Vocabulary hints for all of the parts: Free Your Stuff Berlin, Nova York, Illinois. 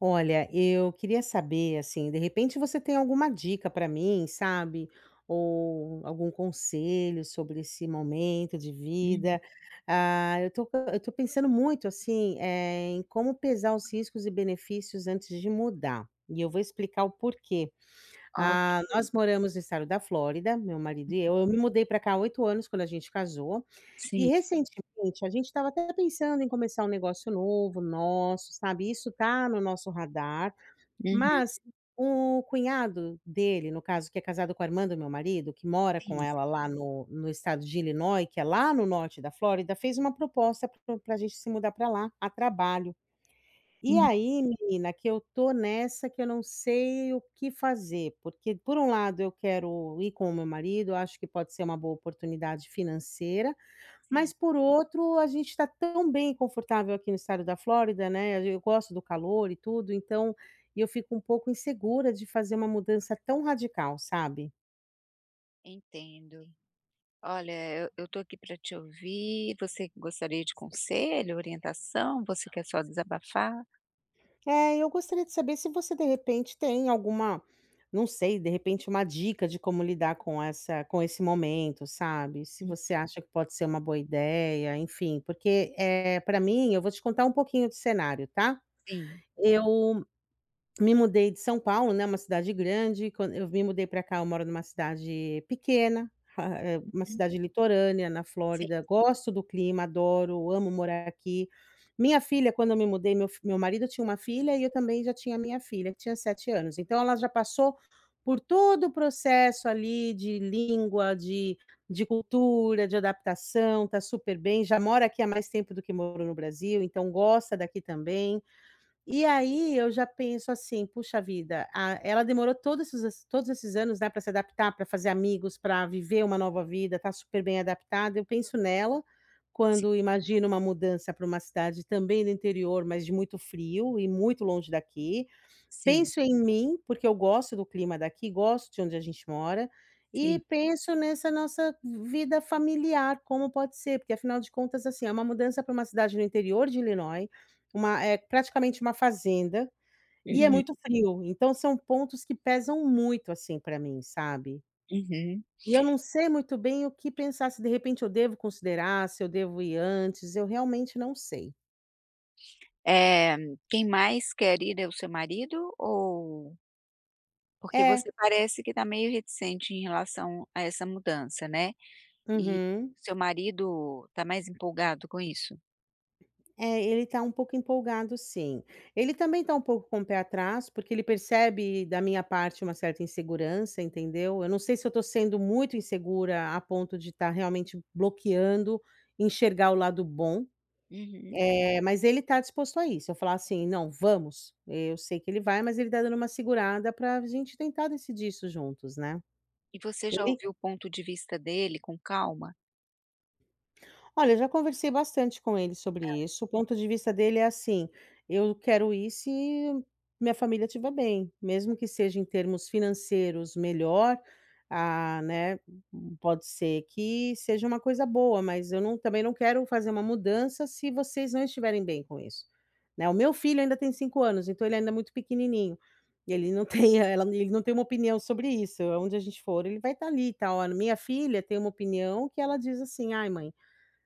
Olha, eu queria saber, assim, de repente você tem alguma dica para mim, sabe? Ou algum conselho sobre esse momento de Hum, vida. Ah, eu tô pensando muito, assim, em como pesar os riscos e benefícios antes de mudar. E eu vou explicar o porquê. ok. Ah, nós moramos no estado da Flórida, meu marido e eu. Eu me mudei para cá há 8 anos, quando a gente casou. E Sim. recentemente a gente estava até pensando em começar um negócio novo nosso, sabe, isso tá no nosso radar, Uhum, mas o cunhado dele, no caso, que é casado com a irmã do meu marido, que mora com sim. ela lá no estado de Illinois, que é lá no norte da Flórida, fez uma proposta para a gente se mudar para lá, a trabalho. E Uhum, aí, menina, que eu tô nessa que eu não sei o que fazer, porque por um lado eu quero ir com o meu marido, acho que pode ser uma boa oportunidade financeira, sim. mas por outro, a gente está tão bem confortável aqui no estado da Flórida, né? Eu gosto do calor e tudo, então e eu fico um pouco insegura de fazer uma mudança tão radical, sabe? Entendo. Olha, eu tô aqui para te ouvir. Você gostaria de conselho, orientação? Você quer só desabafar? É, eu gostaria de saber se você de repente tem alguma, não sei, de repente uma dica de como lidar com essa com esse momento, sabe? Se Hum, você acha que pode ser uma boa ideia, enfim, porque, é para mim eu vou te contar um pouquinho do cenário, tá? sim. Eu me mudei de São Paulo, né, uma cidade grande, quando eu me mudei para cá, eu moro numa cidade pequena, uma Uhum, cidade litorânea na sim, Flórida. Gosto do clima, adoro, amo morar aqui. Minha filha, quando eu me mudei, meu marido tinha uma filha e eu também já tinha minha filha, que tinha 7 anos. Então ela já passou por todo o processo ali de língua, de cultura, de adaptação, tá super bem, já mora aqui há mais tempo do que morou no Brasil, então gosta daqui também. E aí eu já penso assim: "Puxa vida, a ela demorou todos esses anos, né, para se adaptar, para fazer amigos, para viver uma nova vida, tá super bem adaptada". Eu penso nela sim, quando imagino uma mudança para uma cidade também do interior, mas de muito frio e muito longe daqui. sim, Penso em mim, porque eu gosto do clima daqui, gosto de onde a gente mora, e sim. penso nessa nossa vida familiar, como pode ser, porque afinal de contas, assim, é uma mudança para uma cidade no interior de Illinois, uma é praticamente uma fazenda, e é Uhum, muito frio, então são pontos que pesam muito, assim, para mim, sabe. uhum. E eu não sei muito bem o que pensar, se de repente eu devo considerar, se eu devo ir antes, eu realmente não sei. Eh, quem mais quer ir é o seu marido? Ou porque É, você parece que está meio reticente em relação a essa mudança, né? E uhum. seu marido tá mais empolgado com isso? É, ele está um pouco empolgado sim. Ele também está um pouco com o pé atrás, porque ele percebe da minha parte uma certa insegurança, entendeu. Eu não sei se eu estou sendo muito insegura a ponto de estar realmente bloqueando enxergar o lado bom, Uhum. Mas ele está disposto a isso. Eu falar assim: "Não, vamos". Eu sei que ele vai, mas ele está dando uma segurada para a gente tentar decidir isso juntos, né. E você já Ele ouviu o ponto de vista dele com calma? Olha, eu já conversei bastante com ele sobre isso. O ponto de vista dele é assim: eu quero ir se minha família estiver bem, mesmo que seja em termos financeiros melhor, ah, né? Pode ser que seja uma coisa boa, mas eu não, também não quero fazer uma mudança se vocês não estiverem bem com isso. Né? O meu filho ainda tem 5 anos, então ele ainda é muito pequenininho. Ele não tem, ele não tem uma opinião sobre isso. Onde a gente for, ele vai estar ali e tal. A minha filha tem uma opinião que ela diz assim: ai, mãe,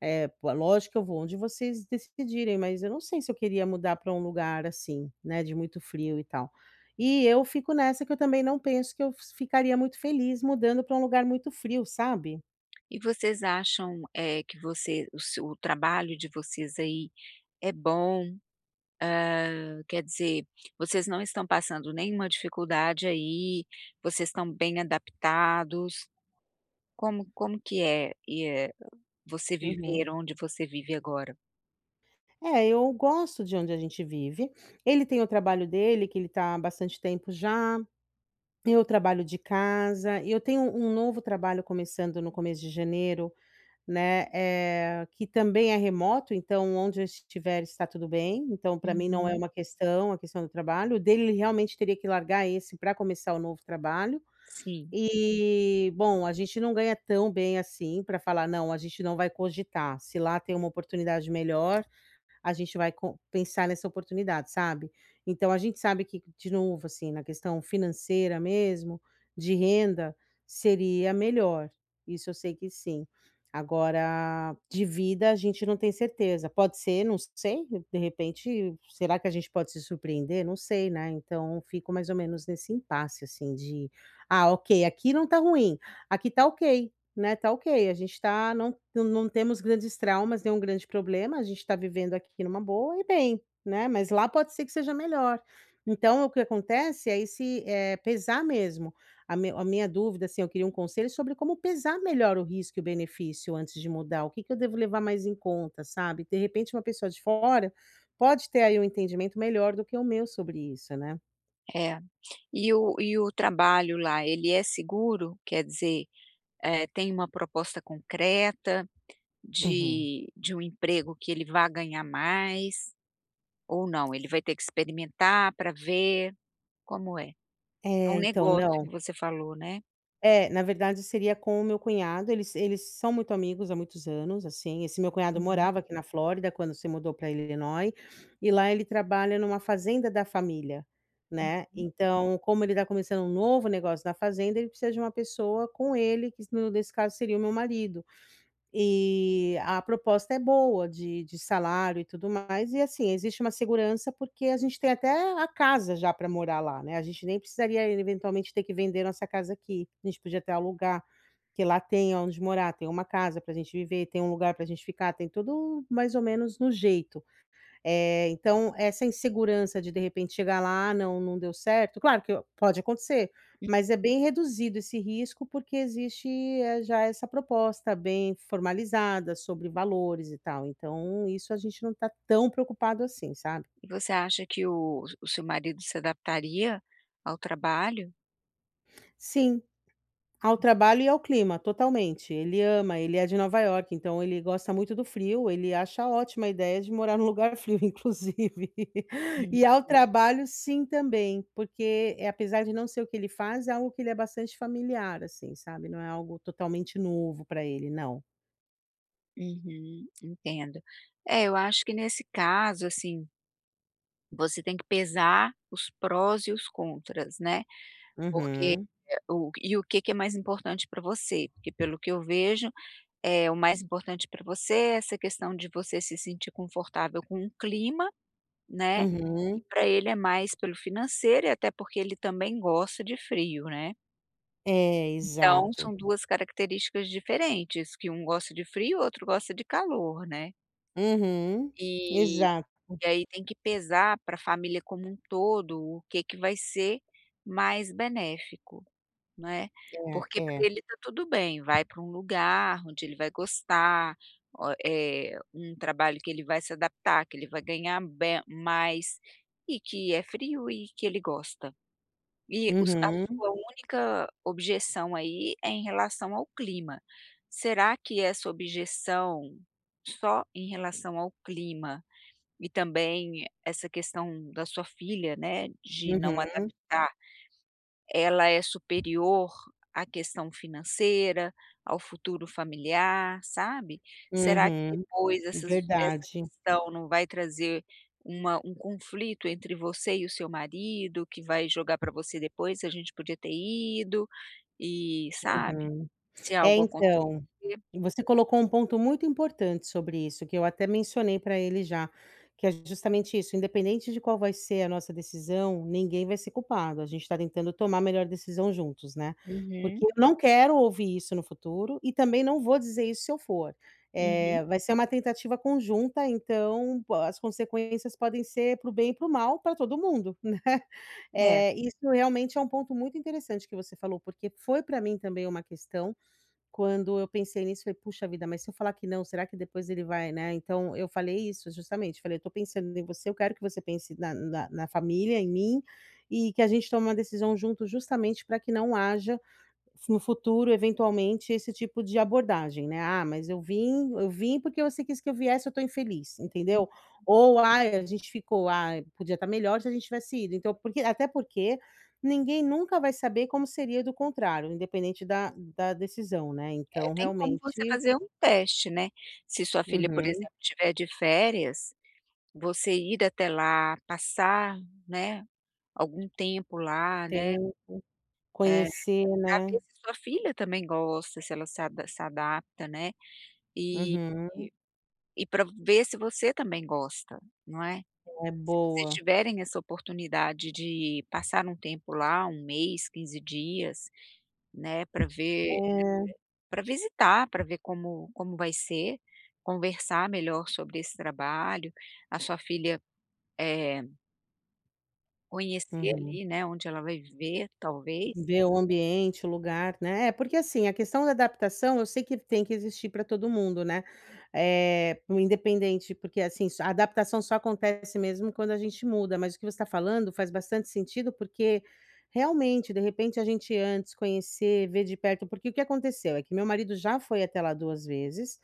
é, pô, lógico que eu vou onde vocês decidirem, mas eu não sei se eu queria mudar para um lugar assim, né, de muito frio e tal. E eu fico nessa que eu também não penso que eu f ficaria muito feliz mudando para um lugar muito frio, sabe. E vocês acham, que você o seu o trabalho de vocês aí é bom? Quer dizer, vocês não estão passando nenhuma dificuldade aí, vocês estão bem adaptados. Como que é você viver Uhum. onde você vive agora? É, eu gosto de onde a gente vive. Ele tem o trabalho dele, que ele está há bastante tempo já, eu trabalho de casa, e eu tenho um novo trabalho começando no começo de janeiro. Né, que também é remoto, então onde eu estiver está tudo bem, então para mim não é Uhum. uma questão, a questão do trabalho. O dele, ele realmente teria que largar esse para começar o novo trabalho. Sim, E, bom, a gente não ganha tão bem assim para falar: "Não, a gente não vai cogitar". Se lá tem uma oportunidade melhor a gente vai co pensar nessa oportunidade, sabe. Então a gente sabe que, de novo, assim, na questão financeira mesmo, de renda, seria melhor, isso eu sei que sim. Agora, de vida, a gente não tem certeza, pode ser, não sei, de repente, será que a gente pode se surpreender? Não sei, né, então fico mais ou menos nesse impasse, assim, de: "Ah, ok, aqui não tá ruim, aqui tá ok". Né, tá ok, a gente tá, não temos grandes traumas, nenhum grande problema, a gente tá vivendo aqui numa boa e bem, né, mas lá pode ser que seja melhor. Então o que acontece é esse, pesar mesmo. A minha dúvida, assim, eu queria um conselho sobre como pesar melhor o risco e o benefício antes de mudar, o que que eu devo levar mais em conta, sabe. De repente uma pessoa de fora pode ter aí um entendimento melhor do que o meu sobre isso, né. é. E o trabalho lá, ele é seguro? Quer dizer, tem uma proposta concreta Uhum. de um emprego que ele vá ganhar mais? Ou não? Ele vai ter que experimentar para ver, como é? É um É, então negócio que não. você falou, né? É, na verdade seria com o meu cunhado, eles são muito amigos há muitos anos, assim, esse meu cunhado morava aqui na Flórida quando se mudou para Illinois, e lá ele trabalha numa fazenda da família, né, então como ele está começando um novo negócio na fazenda, ele precisa de uma pessoa com ele, que no nesse caso seria o meu marido. E a proposta é boa de salário e tudo mais, e assim, existe uma segurança, porque a gente tem até a casa já para morar lá, né, a gente nem precisaria eventualmente ter que vender nossa casa aqui, a gente podia até alugar, que lá tem onde morar, tem uma casa para a gente viver, tem um lugar para a gente ficar, tem tudo mais ou menos no jeito. Então essa insegurança de repente, chegar lá: "Ah, não, não deu certo", claro que pode acontecer, mas é bem reduzido esse risco, porque existe, já essa proposta bem formalizada sobre valores e tal, então isso a gente não está tão preocupado assim, sabe. E você acha que o seu marido se adaptaria ao trabalho? Sim. Ao trabalho e ao clima, totalmente. Ele ama, ele é de Nova York, então ele gosta muito do frio, ele acha ótima a ideia de morar num lugar frio, inclusive. Hum. E ao trabalho, sim, também, porque, é apesar de não ser o que ele faz, é algo que ele é bastante familiar, assim, sabe, não é algo totalmente novo para ele, não. Uhum, entendo. É, eu acho que nesse caso, assim, você tem que pesar os prós e os contras, né, porque Uhum, é, o e o que que é mais importante para você? Porque pelo que eu vejo, o mais importante para você é essa questão de você se sentir confortável com o clima, né, e uhum. para ele é mais pelo financeiro e até porque ele também gosta de frio, né. É, Então, exato. são 2 características diferentes, que um gosta de frio, o outro gosta de calor, né. Uhum. E Exato, e aí tem que pesar para a família como um todo, o que que vai ser mais benéfico, né. é, Porque para é. ele está tudo bem, vai para um lugar onde ele vai gostar, um trabalho que ele vai se adaptar, que ele vai ganhar be mais, e que é frio e que ele gosta. E os a Uhum, sua única objeção aí é em relação ao clima. Será que essa objeção só em relação ao clima e também essa questão da sua filha, né, de não uhum, adaptar ela é superior à questão financeira, ao futuro familiar, sabe? Será que uhum. depois essa Verdade. questão não vai trazer uma um conflito entre você e o seu marido, que vai jogar para você depois, "A gente podia ter ido", e sabe? Uhum. Se É, algo acontecer. então, você colocou um ponto muito importante sobre isso, que eu até mencionei para ele já, que é justamente isso, independente de qual vai ser a nossa decisão, ninguém vai ser culpado, a gente está tentando tomar a melhor decisão juntos, né. Uhum, Porque eu não quero ouvir isso no futuro e também não vou dizer isso se eu for. uhum. É, vai ser uma tentativa conjunta, então po as consequências podem ser para o bem e para o mal, para todo mundo, né. É, Isso realmente é um ponto muito interessante que você falou, porque foi para mim também uma questão, quando eu pensei nisso, falei: "Puxa vida, mas se eu falar que não, será que depois ele vai, né". Então eu falei isso, justamente, falei: "Eu tô pensando em você, eu quero que você pense na família, em mim, e que a gente tome uma decisão junto justamente para que não haja no futuro, eventualmente, esse tipo de abordagem, né, "Ah, mas eu vim porque você quis que eu viesse, eu tô infeliz", entendeu? Ou a gente ficou, podia estar melhor se a gente tivesse ido", então porque até porque ninguém nunca vai saber como seria do contrário, independente da decisão, né, é, então tem como você realmente fazer um teste, né. Se sua filha, por uhum, exemplo, tiver de férias, você ir até lá, passar, né, algum tempo lá, né, tem eh, conhecer, pra né, ver se sua filha também gosta, se ela se adapta, né, e uhum, e para ver se você também gosta, não é. é Se vocês boa. tiverem essa oportunidade de passar um tempo lá, um mês, 15 dias, né, É, para visitar, para ver como vai ser, conversar melhor sobre esse trabalho, a sua filha, eh, conhecer uhum. ali, né, onde ela vai viver, talvez. Ver o ambiente, o lugar, né. É, Sim. porque assim, a questão da adaptação eu sei que tem que existir para todo mundo, né. É independente, porque assim, a adaptação só acontece mesmo quando a gente muda, mas o que você está falando faz bastante sentido, porque realmente, de repente, a gente antes conhecer, ver de perto porque o que aconteceu é que meu marido já foi até lá 2 vezes,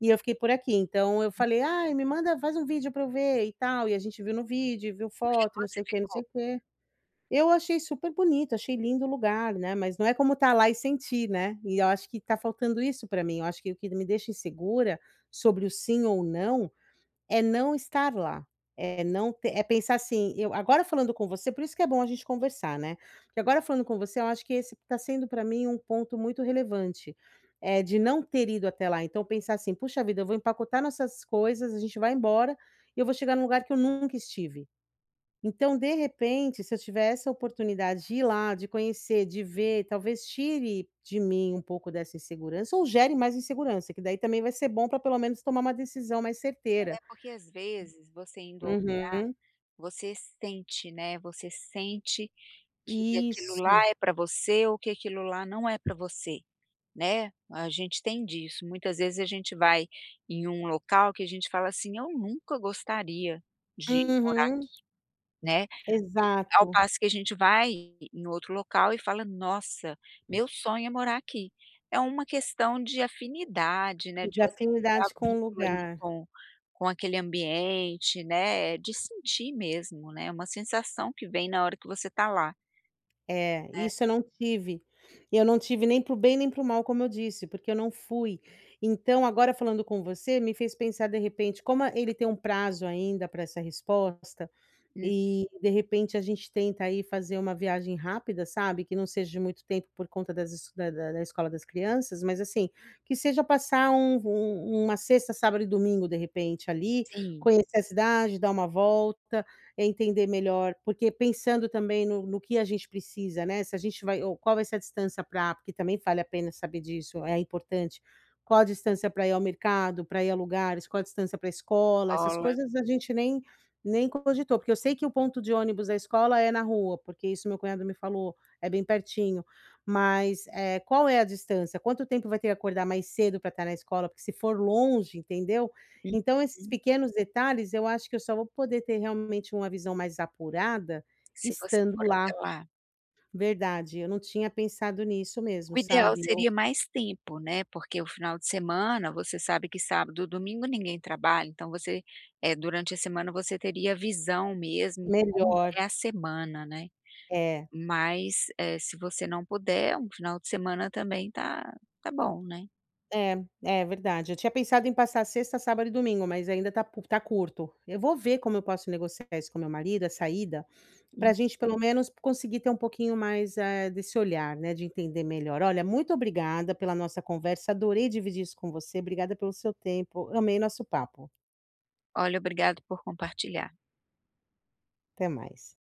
e eu fiquei por aqui, então eu falei: "Ai, me manda faz um vídeo para eu ver e tal", e a gente viu no vídeo, viu Que foto não você sei o quê, não sei ficou? o quê. Eu achei super bonito, achei lindo o lugar, né, mas não é como estar lá e sentir, né, e eu acho que está faltando isso para mim. Eu acho que o que me deixa insegura sobre o sim ou não, é não estar lá, é não ter é pensar assim. Eu agora falando com você, por isso que é bom a gente conversar, né, porque agora falando com você eu acho que esse está sendo para mim um ponto muito relevante, de não ter ido até lá. Então pensar assim: "Puxa vida, eu vou empacotar nossas coisas, a gente vai embora, e eu vou chegar num lugar que eu nunca estive". Então, de repente, se eu tiver essa oportunidade de ir lá, de conhecer, de ver, talvez tire de mim um pouco dessa insegurança ou gere mais insegurança, que daí também vai ser bom para pelo menos tomar uma decisão mais certeira. É porque às vezes você indo ao Uhum. você sente, né, você sente que aquilo lá Isso. é pra você ou que aquilo lá não é pra você, né. A gente tem disso, muitas vezes a gente vai em um local que a gente fala assim: "Eu nunca gostaria de morar", Uhum. né. E ao Exato. passo que a gente vai em outro local e fala: "Nossa, meu sonho é morar aqui". É uma questão de afinidade, né, de De você criar afinidade com o vínculo ali lugar. com aquele ambiente, né, de sentir mesmo, né, uma sensação que vem na hora que você está lá, É, né. isso eu não tive. E eu não tive nem para o bem nem para o mal, como eu disse, porque eu não fui. Então, agora falando com você, me fez pensar de repente, como ele tem um prazo ainda para essa resposta, Hum, e, de repente, a gente tenta aí fazer uma viagem rápida, sabe, que não seja de muito tempo por conta das es da da da escola das crianças, mas assim, que seja passar uma sexta, sábado e domingo, de repente, ali, sim, conhecer a cidade, dar uma volta, entender melhor, porque pensando também no que a gente precisa, né, se a gente vai ou qual vai ser a distância para porque também vale a pena saber disso, é importante. Qual a distância para ir ao mercado, para ir a lugares, qual a distância para a escola, essas rola. coisas a gente nem cogitou, porque eu sei que o ponto de ônibus da escola é na rua, porque isso meu cunhado me falou, é bem pertinho. Mas, qual é a distância? Quanto tempo vai ter que acordar mais cedo para estar na escola? Porque se for longe, entendeu? Então esses Uhum. pequenos detalhes, eu acho que eu só vou poder ter realmente uma visão mais apurada Se você estando for até lá. lá. Verdade, eu não tinha pensado nisso mesmo, O ideal sabe? seria Eu mais tempo, né, porque o final de semana, você sabe que sábado e domingo ninguém trabalha, então você, durante a semana você teria visão mesmo de como melhor. é a semana, né. É. Mas, se você não puder, um final de semana também tá bom, né. É, é verdade. Eu tinha pensado em passar sexta, sábado e domingo, mas ainda tá pu tá curto. Eu vou ver como eu posso negociar isso com meu marido, a saída, Hum, para a gente pelo menos conseguir ter um pouquinho mais, desse olhar, né, de entender melhor. Olha, muito obrigada pela nossa conversa, adorei dividir isso com você, obrigada pelo seu tempo, amei nosso papo. olha, obrigado por compartilhar. Até mais.